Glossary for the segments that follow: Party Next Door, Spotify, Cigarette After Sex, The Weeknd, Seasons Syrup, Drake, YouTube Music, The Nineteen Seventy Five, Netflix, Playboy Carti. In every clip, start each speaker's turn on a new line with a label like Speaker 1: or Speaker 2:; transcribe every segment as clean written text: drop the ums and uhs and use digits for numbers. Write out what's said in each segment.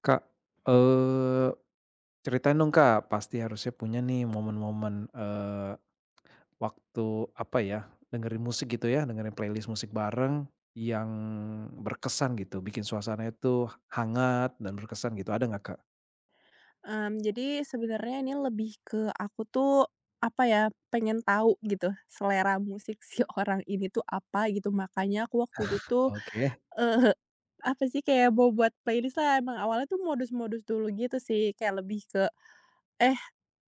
Speaker 1: Kak, eee, ceritain dong Kak, pasti harusnya punya nih momen-momen, waktu apa ya, dengerin musik gitu ya, dengerin playlist musik bareng yang berkesan gitu, bikin suasana itu hangat dan berkesan gitu, ada nggak Kak?
Speaker 2: Jadi sebenarnya ini lebih ke aku tuh, apa ya, pengen tahu gitu selera musik si orang ini tuh apa gitu. Makanya aku waktu itu tuh,
Speaker 1: Oke,
Speaker 2: eee, apa sih, kayak mau buat playlist-lah. Emang awalnya tuh modus-modus dulu gitu sih, kayak lebih ke Eh,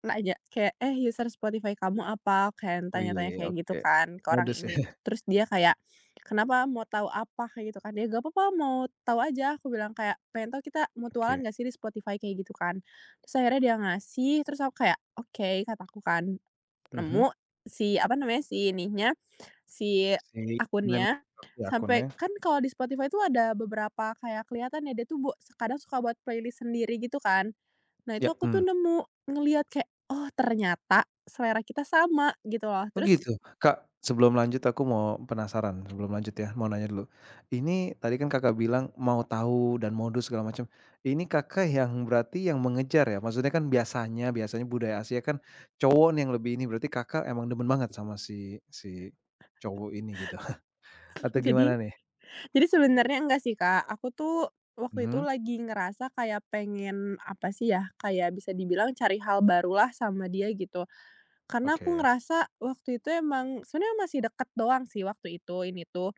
Speaker 2: nanya kayak, "Eh, user Spotify kamu apa?" Kan tanya-tanya
Speaker 1: wih,
Speaker 2: kayak gitu
Speaker 1: oke.
Speaker 2: kan ke orang
Speaker 1: Modus ya,
Speaker 2: ini. Terus dia kayak, "Kenapa? Mau tahu apa?" Kayak gitu kan. Dia, "Gak apa-apa, mau tahu aja." Aku bilang kayak, "Pengen tahu kita mau tualan
Speaker 1: oke,
Speaker 2: gak sih di Spotify?" Kayak gitu kan. Terus akhirnya dia ngasih, terus aku kayak, "Oke," kataku kan.
Speaker 1: mhm.
Speaker 2: Nemu si apa namanya, si ininya, si
Speaker 1: Si mem
Speaker 2: akunnya.
Speaker 1: akun ya? Akunnya,
Speaker 2: Sampai kan kalau di Spotify itu ada beberapa kayak kelihatan ya, dia tuh bu kadang suka buat playlist sendiri gitu kan. Nah itu
Speaker 1: ya,
Speaker 2: aku tuh
Speaker 1: mmm.
Speaker 2: nemu, ngelihat kayak, oh ternyata selera kita sama gitu loh.
Speaker 1: Oh
Speaker 2: Terus
Speaker 1: gitu? Kak, sebelum lanjut aku mau penasaran, sebelum lanjut ya, mau nanya dulu. Ini tadi kan Kakak bilang mau tahu dan modus segala macam. Ini Kakak yang berarti yang mengejar ya? Maksudnya kan biasanya biasanya budaya Asia kan cowok nih yang lebih ini, berarti Kakak emang demen banget sama si si cowok ini gitu? Atau
Speaker 2: jadi
Speaker 1: gimana nih?
Speaker 2: jadi sebenarnya enggak sih Kak, aku tuh waktu itu
Speaker 1: Mhm,
Speaker 2: lagi ngerasa kayak pengen apa sih ya, kayak bisa dibilang cari hal barulah sama dia gitu. Karena aku
Speaker 1: oke.
Speaker 2: ngerasa waktu itu emang sebenarnya masih deket doang sih waktu itu, ini tuh.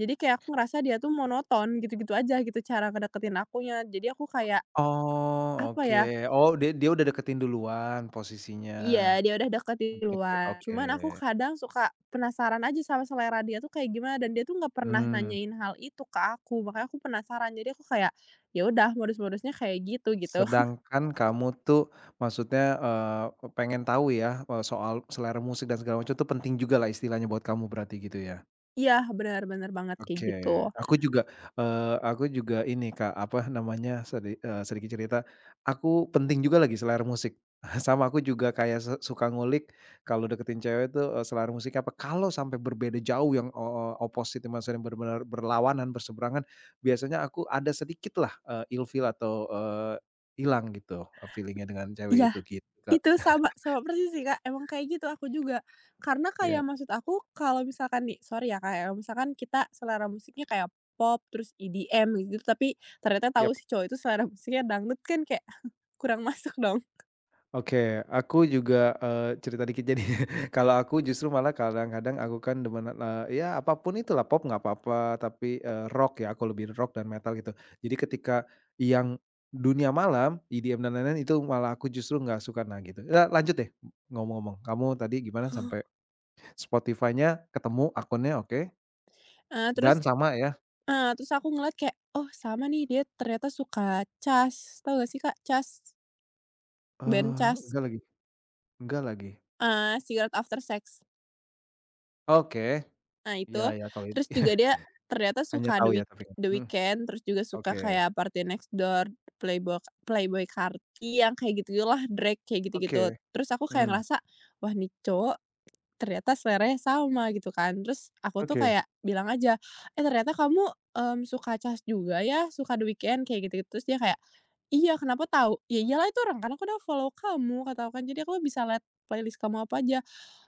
Speaker 2: Jadi kayak aku ngerasa dia tuh monoton gitu-gitu aja gitu cara ngedeketin akunya. Jadi aku kayak,
Speaker 1: Oh,
Speaker 2: apa
Speaker 1: oke.
Speaker 2: ya.
Speaker 1: Oh, dia dia udah deketin duluan posisinya,
Speaker 2: Iya, dia udah deket
Speaker 1: udah deket,
Speaker 2: duluan.
Speaker 1: oke.
Speaker 2: Cuman aku kadang suka penasaran aja sama selera dia tuh kayak gimana, dan dia tuh nggak pernah
Speaker 1: Mmm.
Speaker 2: nanyain hal itu ke aku, makanya aku penasaran. Jadi aku kayak, ya udah modus-modusnya kayak gitu, gitu.
Speaker 1: Sedangkan kamu tuh maksudnya, pengen tahu ya, soal selera musik dan segala macam tuh penting juga lah istilahnya buat kamu berarti gitu ya?
Speaker 2: Iya, benar-benar banget kayak
Speaker 1: Oke,
Speaker 2: gitu.
Speaker 1: aku juga, aku juga ini Kak, apa namanya, sedikit cerita, aku penting juga lagi selera musik. Sama aku juga kayak suka ngulik kalau deketin cewek itu selera musik apa. Kalau sampai berbeda jauh yang, opposite maksudnya bener-bener berlawanan, berseberangan, biasanya aku ada sedikitlah, ilfeel atau, hilang gitu, feeling-nya dengan
Speaker 2: Iya,
Speaker 1: cewek itu, gitu Kak.
Speaker 2: itu sama sama persis sih, Kak, emang kayak gitu aku juga. Karena
Speaker 1: Iya.
Speaker 2: kayak maksud aku kalau misalkan nih, sorry ya, Kak, ya, misalkan kita selera musiknya kayak pop, terus EDM gitu, tapi ternyata tahu
Speaker 1: Yap.
Speaker 2: si cowok itu selera musiknya dangdut kan kayak kurang masuk dong.
Speaker 1: Oke, aku juga, cerita dikit jadi kalau aku justru malah kadang-kadang aku kan demen, ya apapun pun itulah pop nggak apa-apa tapi, rock ya aku lebih rock dan metal gitu. Jadi ketika yang dunia malam, EDM dan lain-lain itu malah aku justru nggak suka, nah gitu. Ya lanjut deh ngomong-ngomong, kamu tadi gimana sampai Spotify-nya ketemu akunnya oke,
Speaker 2: Eee, terus
Speaker 1: dan sama ya,
Speaker 2: Terus aku ngeliat kayak, "Oh sama nih dia ternyata suka Cas." Tau gak sih Kak Cas? Band
Speaker 1: eee,
Speaker 2: Cas,
Speaker 1: enggak lagi enggak lagi,
Speaker 2: ah Cigarette After Sex.
Speaker 1: oke,
Speaker 2: Nah
Speaker 1: ya
Speaker 2: itu,
Speaker 1: ya kalau itu
Speaker 2: terus juga dia ternyata
Speaker 1: hanya
Speaker 2: suka
Speaker 1: tahu ya tapi,
Speaker 2: The
Speaker 1: mhm,
Speaker 2: Weeknd, terus juga suka
Speaker 1: oke
Speaker 2: kayak Party Next Door, Playboy playboy Carti yang kayak gitu-gitulah, Drake, kayak
Speaker 1: oke,
Speaker 2: gitu-gitu. Terus aku kayak
Speaker 1: mmm,
Speaker 2: ngerasa, "Wah nih cowok. Ternyata seleranya sama gitu kan. Terus aku tuh
Speaker 1: oke.
Speaker 2: kayak bilang aja, "Eh, ternyata kamu, suka Cas juga ya? Suka The Weeknd?" Kayak gitu-gitu. Terus dia kayak, "Iya, kenapa tahu?" "Ya iyalah itu orang karena aku udah follow kamu," kata aku kan, "jadi aku bisa lihat playlist kamu apa aja."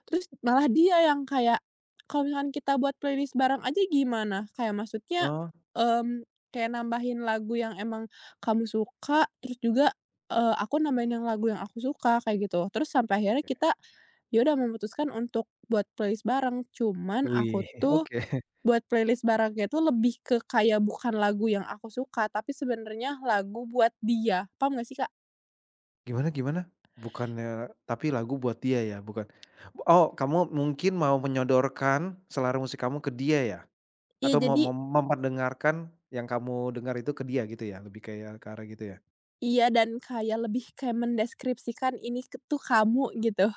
Speaker 2: Terus malah dia yang kayak, kalau misalkan kita buat playlist bareng aja gimana? Kayak maksudnya,
Speaker 1: Oh,
Speaker 2: kayak nambahin lagu yang emang kamu suka, terus juga, aku nambahin yang lagu yang aku suka, kayak gitu. Terus sampai akhirnya
Speaker 1: oke.
Speaker 2: kita, ya udah memutuskan untuk buat playlist bareng, cuman
Speaker 1: Wih,
Speaker 2: aku tuh
Speaker 1: oke.
Speaker 2: buat playlist barengnya itu lebih ke kayak bukan lagu yang aku suka, tapi sebenarnya lagu buat dia. Paham nggak sih, Kak?
Speaker 1: Gimana gimana? Bukannya tapi lagu buat dia ya? Bukan. Oh, kamu mungkin mau menyodorkan selera musik kamu ke dia ya?
Speaker 2: Iya,
Speaker 1: Atau mau
Speaker 2: jadi
Speaker 1: memperdengarkan yang kamu dengar itu ke dia gitu ya? Lebih kayak ke arah gitu ya?
Speaker 2: iya dan kayak lebih kayak mendeskripsikan ini ke tuh kamu, gitu.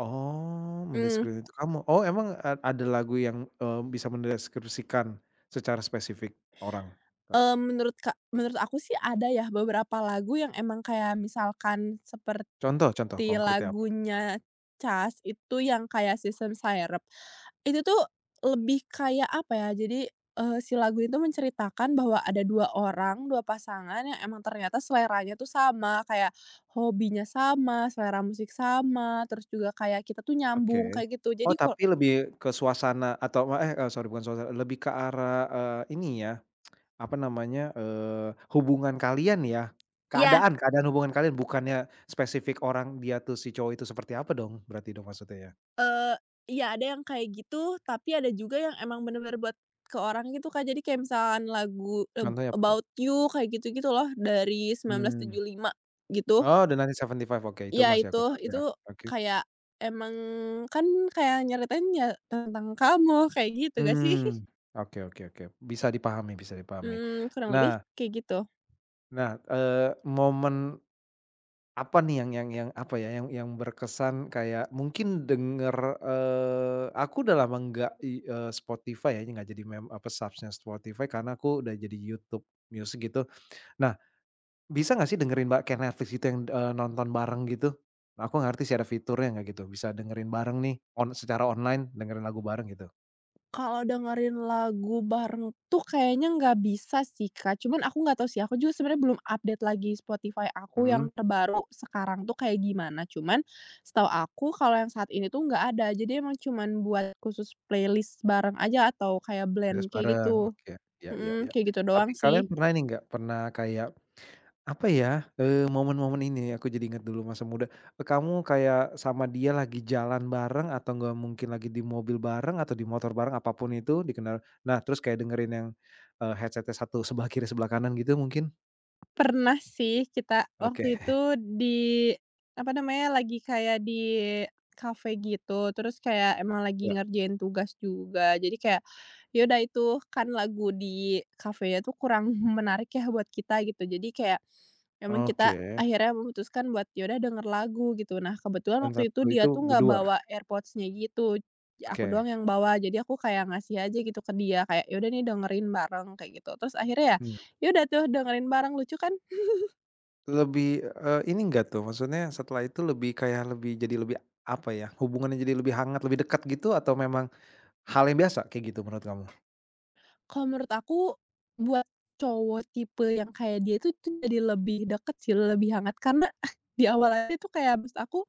Speaker 1: Oh,
Speaker 2: Mmm,
Speaker 1: mendeskripsikan itu kamu. Oh, emang ada lagu yang, bisa mendeskripsikan secara spesifik orang?
Speaker 2: menurut aku sih ada ya beberapa lagu yang emang kayak misalkan seperti
Speaker 1: Contoh contoh konkretnya apa?
Speaker 2: lagunya Cas itu yang kayak Seasons Syrup. Itu tuh lebih kayak apa ya, jadi, si lagu itu menceritakan bahwa ada 2 orang, 2 pasangan yang emang ternyata seleranya tuh sama, kayak hobinya sama, selera musik sama, terus juga kayak kita tuh
Speaker 1: Oke.
Speaker 2: nyambung kayak gitu.
Speaker 1: Oh,
Speaker 2: Jadi kul.
Speaker 1: tapi lebih ke suasana atau sorry bukan suasana, lebih ke arah, ini ya, apa namanya, hubungan kalian ya?
Speaker 2: Iya,
Speaker 1: Keadaan keadaan hubungan kalian, bukannya spesifik orang dia tuh, si cowok itu seperti apa dong, berarti dong maksudnya ya?
Speaker 2: Eee, iya ada yang kayak gitu, tapi ada juga yang emang bener-bener buat ke orang gitu, Kak. Jadi kayak misalkan lagu eb
Speaker 1: Contohnya apa tuh?
Speaker 2: About You kayak gitu-gitu loh dari sembilan belas
Speaker 1: Mmm.
Speaker 2: tujuh lima gitu.
Speaker 1: Oh, The nineteen seventy five. Oke, itu
Speaker 2: Iya
Speaker 1: masih aku tahu
Speaker 2: itu
Speaker 1: ya, oke.
Speaker 2: kayak emang kan kayak nyeritain ya tentang kamu kayak gitu gak sih?
Speaker 1: Mmm, oke oke oke, bisa dipahami bisa dipahami.
Speaker 2: Mhm, kurang
Speaker 1: Nah
Speaker 2: lebih kayak gitu.
Speaker 1: nah, momen apa nih yang yang apa ya, yang berkesan kayak mungkin denger, aku udah lama nggak Spotify ya, nggak jadi mem apa, subsnya Spotify karena aku udah jadi YouTube Music gitu. Nah, bisa nggak sih dengerin mbak kayak Netflix gitu yang, nonton bareng gitu? Nah, aku nggak ngerti sih ada fiturnya nggak gitu, bisa dengerin bareng nih, on secara online dengerin lagu bareng gitu?
Speaker 2: Kalau dengerin lagu bareng tuh kayaknya nggak bisa sih, Kak, cuman aku nggak tahu sih, aku juga sebenarnya belum update lagi Spotify aku
Speaker 1: Mhm,
Speaker 2: yang terbaru sekarang tuh kayak gimana, cuman setahu aku kalau yang saat ini tuh nggak ada. Jadi emang cuman buat khusus playlist bareng aja atau kayak
Speaker 1: playlist
Speaker 2: blend kayak
Speaker 1: bareng,
Speaker 2: gitu.
Speaker 1: oke. Ya ya
Speaker 2: Mhm,
Speaker 1: ya.
Speaker 2: kayak gitu doang
Speaker 1: Tapi kalian
Speaker 2: sih.
Speaker 1: pernah ini nggak, pernah kayak apa ya, momen-momen ini ya, aku jadi ingat dulu masa muda, kamu kayak sama dia lagi jalan bareng atau nggak mungkin lagi di mobil bareng atau di motor bareng, apa pun itu di kendaraan nah terus kayak dengerin yang, headset-nya satu sebelah kiri sebelah kanan gitu mungkin?
Speaker 2: Pernah sih kita
Speaker 1: Oke,
Speaker 2: waktu itu di, apa namanya, lagi kayak di kafe gitu, terus kayak emang lagi
Speaker 1: ya.
Speaker 2: ngerjain tugas juga. Jadi kayak, ya udah itu kan lagu di kafenya tuh kurang menarik ya buat kita gitu. Jadi kayak emang kita
Speaker 1: Oke,
Speaker 2: akhirnya memutuskan buat, ya udah denger lagu gitu. Nah, kebetulan
Speaker 1: yang
Speaker 2: waktu
Speaker 1: satu
Speaker 2: itu dia
Speaker 1: itu
Speaker 2: tuh nggak
Speaker 1: berdua?
Speaker 2: bawa AirPods-nya gitu, aku
Speaker 1: Oke,
Speaker 2: doang yang bawa. Jadi aku kayak ngasih aja gitu ke dia, kayak, "Ya udah nih dengerin bareng," kayak gitu. Terus akhirnya ya,
Speaker 1: hmm.
Speaker 2: ya udah tuh dengerin bareng, lucu kan?
Speaker 1: Lebih, ini enggak tuh maksudnya setelah itu lebih kayak lebih jadi lebih apa ya, hubungannya jadi lebih hangat, lebih dekat gitu atau memang hal yang biasa kayak gitu menurut kamu?
Speaker 2: Kalau menurut aku, buat cowok tipe yang kayak dia itu tuh jadi lebih deket sih, lebih hangat karena di awal aja tuh kayak maksud aku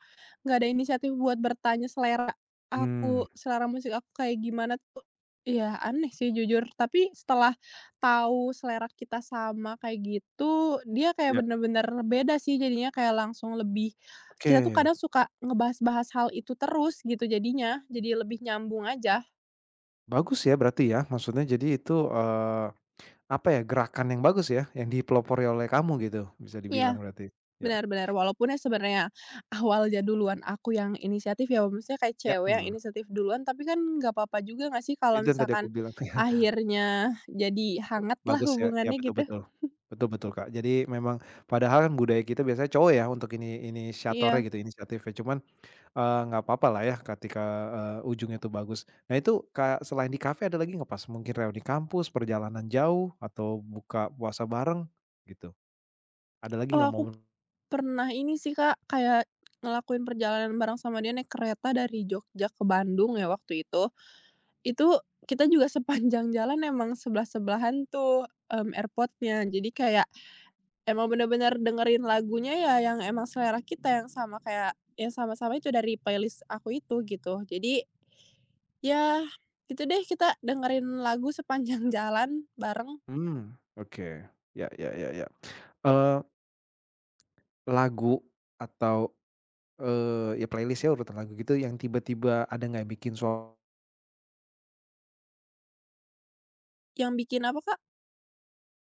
Speaker 2: nggak ada inisiatif buat bertanya selera
Speaker 1: Mmm,
Speaker 2: aku, selera musik aku kayak gimana tuh, ya aneh sih jujur. Tapi setelah tahu selera kita sama kayak gitu, dia kayak
Speaker 1: ya,
Speaker 2: bener-bener beda sih jadinya kayak langsung lebih kita tuh
Speaker 1: oke.
Speaker 2: kadang suka ngebahas-bahas hal itu terus gitu jadinya, jadi lebih nyambung aja.
Speaker 1: Bagus ya berarti ya, maksudnya jadi itu, apa ya, gerakan yang bagus ya, yang dipelopori oleh kamu gitu, bisa
Speaker 2: Iya.
Speaker 1: dibilang berarti. Ya
Speaker 2: Benar benar, walaupun ya sebenarnya awalnya duluan aku yang inisiatif ya, maksudnya kayak
Speaker 1: ya,
Speaker 2: cewek yang
Speaker 1: mmm,
Speaker 2: inisiatif duluan, tapi kan nggak apa-apa juga nggak sih kalau
Speaker 1: itu yang tadi aku
Speaker 2: misalkan
Speaker 1: bilang,
Speaker 2: akhirnya jadi
Speaker 1: Ba-
Speaker 2: hangat lah
Speaker 1: bagus ya, ya
Speaker 2: hubungannya
Speaker 1: betul
Speaker 2: gitu.
Speaker 1: betul. Betul betul, Kak. Jadi memang padahal kan budaya kita biasanya cowok ya untuk ini inisiatornya
Speaker 2: Iya.
Speaker 1: gitu, inisiatifnya, cuman, nggak apa-apa lah ya ketika, ujungnya itu bagus. Nah itu Kak, selain di kafe ada lagi nggak pas mungkin reuni kampus, perjalanan jauh, atau buka puasa bareng gitu? Ada lagi
Speaker 2: Oh
Speaker 1: nggak
Speaker 2: aku
Speaker 1: momen
Speaker 2: pernah ini sih Kak, kayak ngelakuin perjalanan bareng sama dia naik kereta dari Jogja ke Bandung ya waktu itu. Itu kita juga sepanjang jalan emang sebelah-sebelahan tuh, mmm, airport jadi kayak emang bener-bener dengerin lagunya ya yang emang selera kita, yang sama kayak yang sama-sama itu dari playlist aku itu gitu. Jadi, ya gitu deh kita dengerin lagu sepanjang jalan bareng
Speaker 1: mmm, oke. Ya ya ya ya. Eee, lagu atau, ya playlist ya urutan lagu gitu yang tiba-tiba ada nggak bikin sua
Speaker 2: yang bikin apa, Kak,